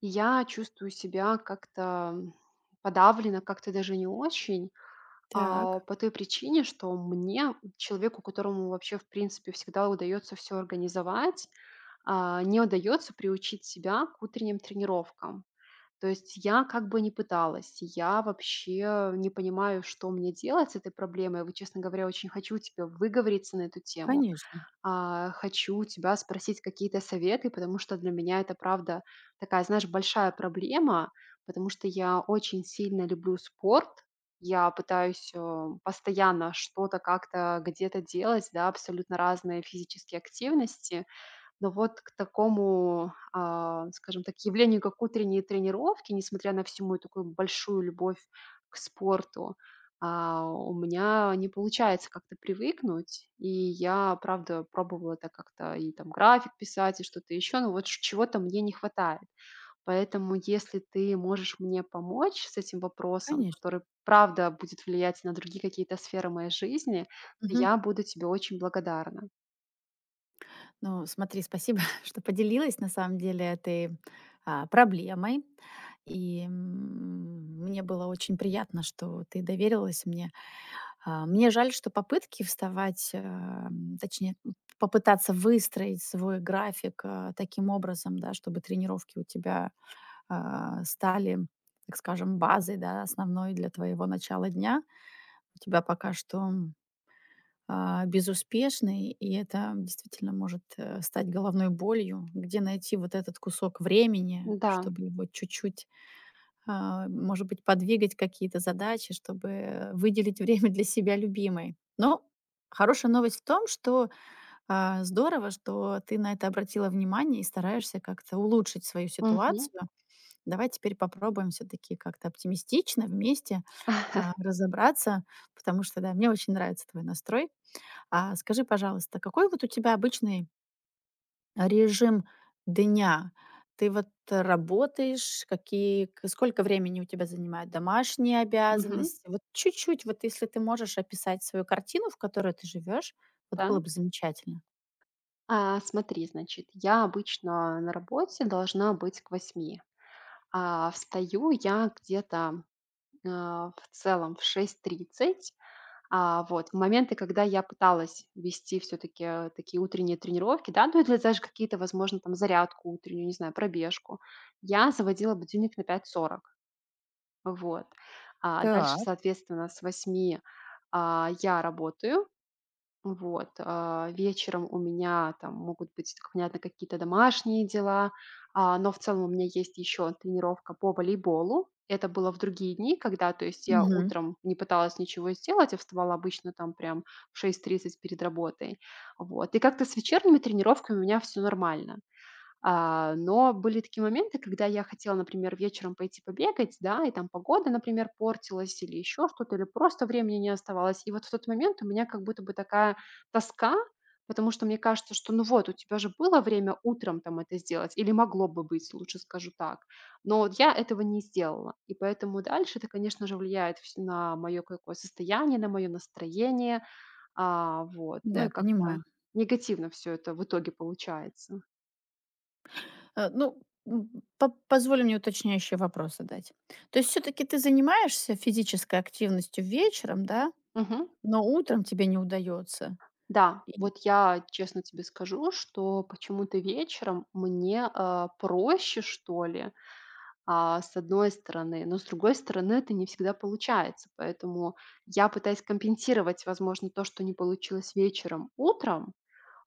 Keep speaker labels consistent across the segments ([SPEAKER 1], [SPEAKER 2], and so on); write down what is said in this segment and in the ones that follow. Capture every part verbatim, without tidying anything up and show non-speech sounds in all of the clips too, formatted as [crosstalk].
[SPEAKER 1] И Я чувствую себя как-то, м, подавленно, как-то даже не очень, а,
[SPEAKER 2] Так,
[SPEAKER 1] по той причине, что мне, человеку, которому вообще, в принципе, всегда удается все организовать, а, не удается приучить себя к утренним тренировкам. То есть я как бы не пыталась, я вообще не понимаю, что мне делать с этой проблемой. Вот, честно говоря, очень хочу тебе выговориться на эту тему,
[SPEAKER 2] конечно,
[SPEAKER 1] а, хочу у тебя спросить какие-то советы, потому что для меня это, правда, такая, знаешь, большая проблема, потому что я очень сильно люблю спорт, я пытаюсь э, постоянно что-то как-то где-то делать, да, абсолютно разные физические активности, но вот к такому, а, скажем так, явлению, как утренние тренировки, несмотря на всю мою такую большую любовь к спорту, а, у меня не получается как-то привыкнуть. И я, правда, пробовала это как-то, и там график писать, и что-то еще, но вот ш- чего-то мне не хватает. Поэтому, если ты можешь мне помочь с этим вопросом,
[SPEAKER 2] конечно.
[SPEAKER 1] который, правда, будет влиять на другие какие-то сферы моей жизни,
[SPEAKER 2] Мгм.
[SPEAKER 1] я буду тебе очень благодарна.
[SPEAKER 2] Ну, смотри, спасибо, [laughs] что поделилась на самом деле этой, а, проблемой. И, м, мне было очень приятно, что ты доверилась мне. А, мне жаль, что попытки вставать, ам, точнее, м, попытаться выстроить свой график, а, таким образом, да, чтобы тренировки у тебя, а, стали, так скажем, базой, да, основной для твоего начала дня. У тебя пока что а, безуспешной, и это действительно может э, стать головной болью. Где найти вот этот кусок времени,
[SPEAKER 1] Да.
[SPEAKER 2] чтобы его чуть-чуть, а, может быть, подвигать какие-то задачи, чтобы выделить время для себя любимой. Но хорошая новость в том, что а, здорово, что ты на это обратила внимание и стараешься как-то улучшить свою
[SPEAKER 1] Мгм.
[SPEAKER 2] ситуацию. Давай теперь попробуем все-таки как-то оптимистично вместе
[SPEAKER 1] [laughs]
[SPEAKER 2] а, разобраться, потому что, да, мне очень нравится твой настрой. А скажи, пожалуйста, какой вот у тебя обычный режим дня? Ты вот работаешь, какие, к- сколько времени у тебя занимают домашние
[SPEAKER 1] Мгм.
[SPEAKER 2] обязанности? Вот чуть-чуть, вот если ты можешь описать свою картину, в которой ты живешь, вот было
[SPEAKER 1] Так.
[SPEAKER 2] бы замечательно.
[SPEAKER 1] А, смотри, значит, я обычно на работе должна быть к восьми, а встаю я где-то, а, в целом, в шесть тридцать. А, вот, в моменты, когда я пыталась вести все таки такие утренние тренировки, да, ну, или даже какие-то, возможно, там зарядку утреннюю, не знаю, пробежку, я заводила будильник на пять сорок. Вот. А дальше, соответственно, с восьми а, я работаю. Вот, а, вечером у меня там могут быть, как понятно, какие-то домашние дела, а, но в целом у меня есть еще тренировка по волейболу. Это было в другие дни, когда, то есть, я
[SPEAKER 2] Мгм.
[SPEAKER 1] утром не пыталась ничего сделать, я вставала обычно там прям в шесть тридцать перед работой. Вот. И как-то с вечерними тренировками у меня все нормально. А, но были такие моменты, когда я хотела, например, вечером пойти побегать, да, и там погода, например, портилась или еще что-то, или просто времени не оставалось. И вот в тот момент у меня как будто бы такая тоска, потому что мне кажется, что ну вот, у тебя же было время утром там это сделать, или могло бы быть, лучше скажу так. Но вот я этого не сделала. И поэтому дальше это, конечно же, влияет вс- на мое какое состояние, на мое настроение. А, вот. Ну и
[SPEAKER 2] Да,
[SPEAKER 1] как-то
[SPEAKER 2] понимаю.
[SPEAKER 1] негативно все это в итоге получается.
[SPEAKER 2] Э, Ну, м, по- позволь мне уточняющие вопросы дать. То есть все-таки ты занимаешься физической активностью вечером, да?
[SPEAKER 1] Мгм.
[SPEAKER 2] Но утром тебе не удается.
[SPEAKER 1] Да,
[SPEAKER 2] И-
[SPEAKER 1] вот я честно тебе скажу, что почему-то вечером мне, а, проще, что ли, а, с одной стороны, но с другой стороны это не всегда получается. Поэтому я пытаюсь компенсировать, возможно, то, что не получилось вечером, утром,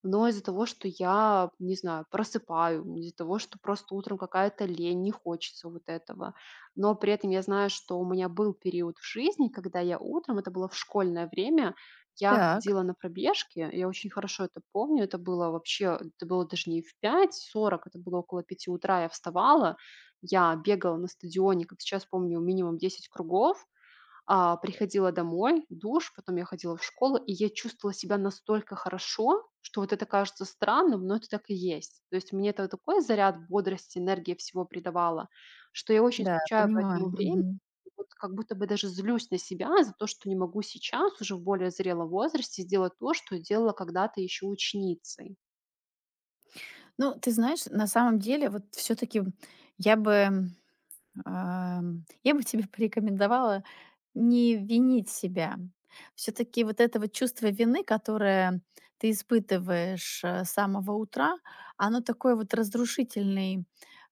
[SPEAKER 1] но из-за того, что я, не знаю, просыпаю, из-за того, что просто утром какая-то лень, не хочется вот этого. Но при этом я знаю, что у меня был период в жизни, когда я утром, это было в школьное время, я
[SPEAKER 2] Так.
[SPEAKER 1] ходила на пробежки, я очень хорошо это помню, это было вообще, это было даже не в пять сорок. Это было около пяти утра, я вставала, я бегала на стадионе, как сейчас помню, минимум десять кругов, а, приходила домой, душ, потом я ходила в школу, и я чувствовала себя настолько хорошо, что вот это кажется странным, но это так и есть. То есть мне это такой заряд бодрости, энергии всего придавало, что я очень
[SPEAKER 2] Да,
[SPEAKER 1] скучаю по
[SPEAKER 2] понимаю.
[SPEAKER 1] этому времени.
[SPEAKER 2] Мгм.
[SPEAKER 1] И Вот как будто бы даже злюсь на себя за то, что не могу сейчас, уже в более зрелом возрасте, сделать то, что делала когда-то еще ученицей.
[SPEAKER 2] Ну, ты знаешь, на самом деле, вот все таки я бы Ам, я бы тебе [laughs] порекомендовала не винить себя. Все таки вот это вот чувство вины, которое ты испытываешь, э, с самого утра, оно такой вот разрушительный,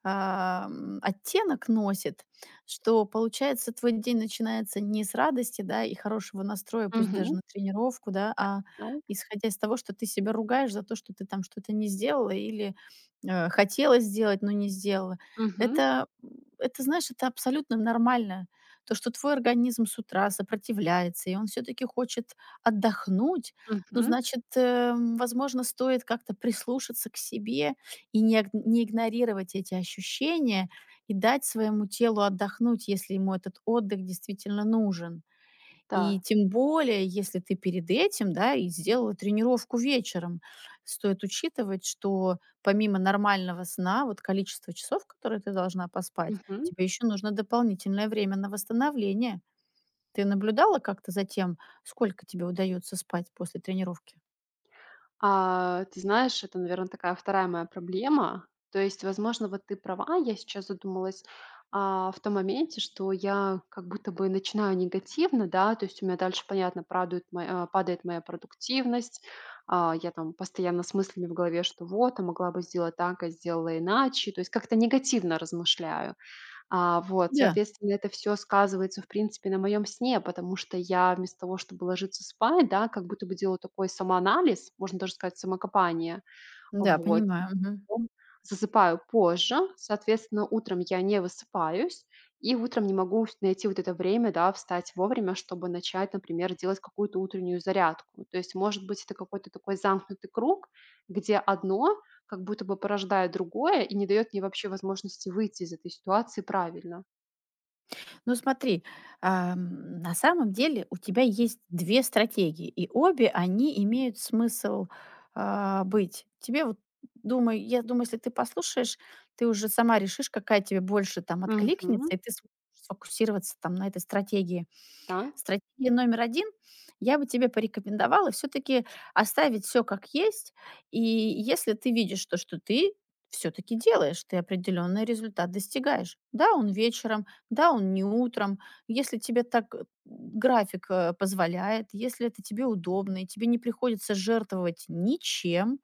[SPEAKER 2] ам, оттенок носит, что, получается, твой день начинается не с радости, да, и хорошего настроя, пусть даже
[SPEAKER 1] Мгм.
[SPEAKER 2] на тренировку, да, а
[SPEAKER 1] Да.
[SPEAKER 2] исходя из того, что ты себя ругаешь за то, что ты там что-то не сделала или, э, хотела сделать, но не сделала.
[SPEAKER 1] Мгм.
[SPEAKER 2] Это, это, знаешь, это абсолютно нормально. То, что твой организм с утра сопротивляется, и он все-таки хочет отдохнуть, ну,
[SPEAKER 1] Мгм.
[SPEAKER 2] значит, эм, возможно, стоит как-то прислушаться к себе и не, иг- не игнорировать эти ощущения и дать своему телу отдохнуть, если ему этот отдых действительно нужен. И
[SPEAKER 1] Так.
[SPEAKER 2] тем более, если ты перед этим, да, и сделала тренировку вечером. Стоит учитывать, что помимо нормального сна, вот количество часов, которые ты должна поспать,
[SPEAKER 1] Мгм.
[SPEAKER 2] тебе еще нужно дополнительное время на восстановление. Ты наблюдала как-то за тем, сколько тебе удается спать после тренировки?
[SPEAKER 1] А, ты знаешь, это, наверное, такая вторая моя проблема. То есть, возможно, вот ты права. Я сейчас задумалась, а, в том моменте, что я как будто бы начинаю негативно, да. То есть у меня дальше, понятно, прадует моя а, падает моя продуктивность. А, я там постоянно с мыслями в голове, что вот, а могла бы сделать так, а сделала иначе. То есть как-то негативно размышляю. А, вот,
[SPEAKER 2] Да,
[SPEAKER 1] соответственно, это все сказывается, в принципе, на моем сне, потому что я вместо того, чтобы ложиться спать, да, как будто бы делаю такой самоанализ, можно даже сказать, самокопание.
[SPEAKER 2] да,
[SPEAKER 1] Вот.
[SPEAKER 2] понимаю. Мгм.
[SPEAKER 1] Потом засыпаю позже, соответственно, утром я не высыпаюсь, и утром не могу вс найти вот это время, да, встать вовремя, чтобы начать, например, делать какую-то утреннюю зарядку. То есть, может быть, это какой-то такой замкнутый круг, где одно как будто бы порождает другое и не дает мне вообще возможности выйти из этой ситуации правильно.
[SPEAKER 2] Ну смотри, ам, на самом деле у тебя есть две стратегии, и обе они имеют смысл, а, быть. Тебе вот думаю, я думаю, если ты послушаешь, ты уже сама решишь, какая тебе больше там
[SPEAKER 1] Мгм.
[SPEAKER 2] откликнется, и ты сможешь сфокусироваться там на этой стратегии.
[SPEAKER 1] Так.
[SPEAKER 2] Стратегия номер один, я бы тебе порекомендовала все таки оставить все как есть. И если ты видишь то, что ты все таки делаешь, ты определенный результат достигаешь. Да, он вечером, да, он не утром. Если тебе так, э, график, э, позволяет, если это тебе удобно и тебе не приходится жертвовать ничем,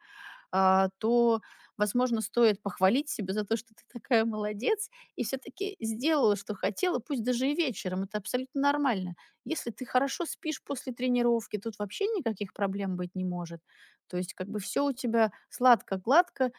[SPEAKER 2] а, то, возможно, стоит похвалить себя за то, что ты такая молодец и все-таки сделала, что хотела, пусть даже и вечером. Это абсолютно нормально. Если ты хорошо спишь после тренировки, тут вообще никаких проблем быть не может. То есть как бы все у тебя сладко-гладко,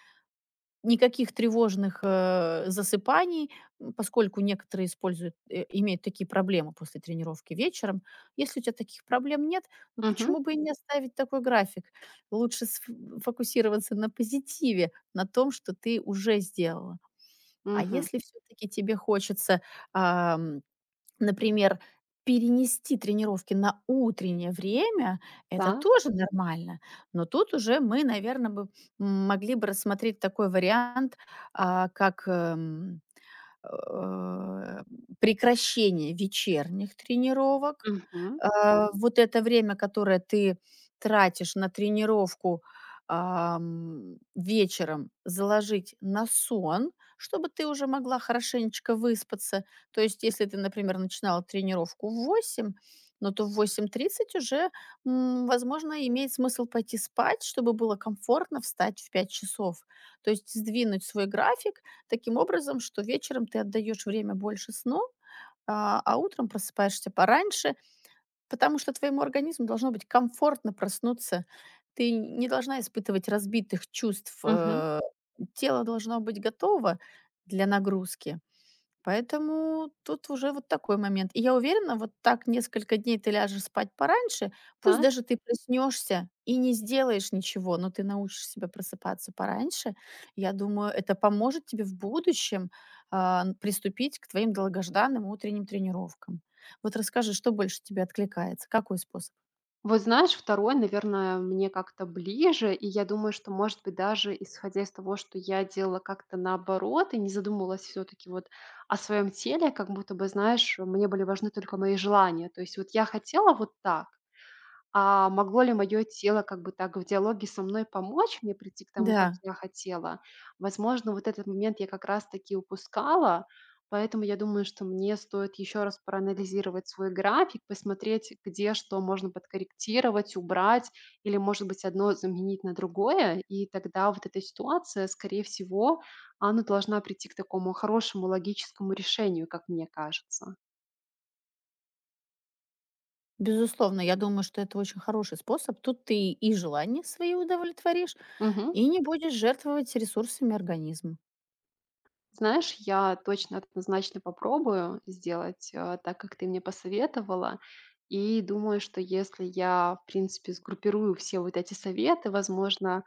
[SPEAKER 2] никаких тревожных, э, засыпаний, м, поскольку некоторые используют, э, имеют такие проблемы после тренировки вечером. Если у тебя таких проблем нет, ну
[SPEAKER 1] Мгм.
[SPEAKER 2] почему бы и не оставить такой график? Лучше сф фокусироваться на позитиве, на том, что ты уже сделала. А
[SPEAKER 1] Мгм.
[SPEAKER 2] если все таки тебе хочется, например, перенести тренировки на утреннее время — это
[SPEAKER 1] Так.
[SPEAKER 2] тоже нормально. Но тут уже мы, наверное, бы м, могли бы рассмотреть такой вариант, а, как, эм, э, прекращение вечерних тренировок.
[SPEAKER 1] Мгм.
[SPEAKER 2] Э, вот это время, которое ты тратишь на тренировку, ам, вечером, заложить на сон, чтобы ты уже могла хорошенечко выспаться. То есть, если ты, например, начинала тренировку в восемь, но то в восемь тридцать уже, м, возможно, имеет смысл пойти спать, чтобы было комфортно встать в пять часов. То есть сдвинуть свой график таким образом, что вечером ты отдаешь время больше сну, а, а утром просыпаешься пораньше, потому что твоему организму должно быть комфортно проснуться. Ты не должна испытывать разбитых чувств,
[SPEAKER 1] Мгм.
[SPEAKER 2] э, тело должно быть готово для нагрузки. Поэтому тут уже вот такой момент. И я уверена, вот так несколько дней ты ляжешь спать пораньше, пусть
[SPEAKER 1] Так.
[SPEAKER 2] даже ты проснешься и не сделаешь ничего, но ты научишь себя просыпаться пораньше. Я думаю, это поможет тебе в будущем а, н- приступить к твоим долгожданным утренним тренировкам. Вот расскажи, что больше тебе откликается, какой способ?
[SPEAKER 1] Вот знаешь, второй, наверное, мне как-то ближе, и я думаю, что, может быть, даже исходя из того, что я делала как-то наоборот и не задумывалась все таки вот о своем теле, как будто бы, знаешь, мне были важны только мои желания. То есть вот я хотела вот так. А могло ли моё тело как бы так в диалоге со мной помочь мне прийти к тому, как
[SPEAKER 2] Да,
[SPEAKER 1] я хотела? Возможно, вот этот момент я как раз таки упускала, поэтому я думаю, что мне стоит еще раз проанализировать свой график, посмотреть, где что можно подкорректировать, убрать или, может быть, одно заменить на другое. И тогда вот эта ситуация, скорее всего, она должна прийти к такому хорошему логическому решению, как мне кажется.
[SPEAKER 2] безусловно, я думаю, что это очень хороший способ. Тут ты и желания свои удовлетворишь,
[SPEAKER 1] Мгм.
[SPEAKER 2] и не будешь жертвовать ресурсами организма.
[SPEAKER 1] Знаешь, я точно однозначно попробую сделать, э, так, как ты мне посоветовала. И думаю, что если я, в принципе, сгруппирую все вот эти советы, возможно,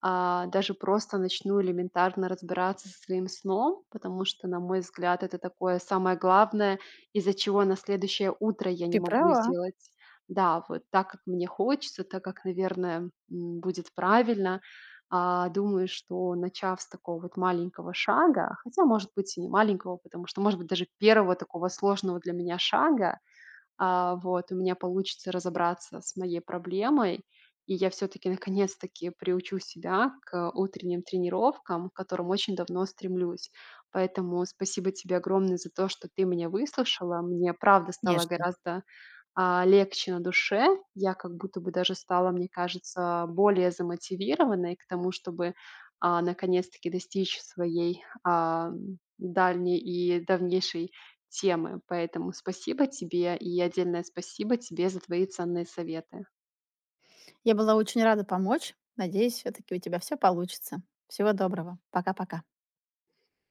[SPEAKER 1] а, даже просто начну элементарно разбираться со своим сном, потому что, на мой взгляд, это такое самое главное, из-за чего на следующее утро я не
[SPEAKER 2] Ты
[SPEAKER 1] могу
[SPEAKER 2] права.
[SPEAKER 1] сделать, да, вот так, как мне хочется, так, как, наверное, м, будет правильно. А, думаю, что начав с такого вот маленького шага, хотя, может быть, и не маленького, потому что, может быть, даже первого такого сложного для меня шага, а, вот, у меня получится разобраться с моей проблемой, и я все таки [laughs] наконец-таки приучу себя к утренним тренировкам, к которым очень давно стремлюсь. Поэтому спасибо тебе огромное за то, что ты меня выслушала. Мне правда стало
[SPEAKER 2] Конечно.
[SPEAKER 1] гораздо а, легче на душе. Я как будто бы даже стала, мне кажется, более замотивированной к тому, чтобы а, наконец-таки достичь своей а, дальней и давнейшей темы. Поэтому спасибо тебе и отдельное спасибо тебе за твои ценные советы.
[SPEAKER 2] Я была очень рада помочь. Надеюсь, все-таки у тебя все получится. Всего доброго. Пока-пока.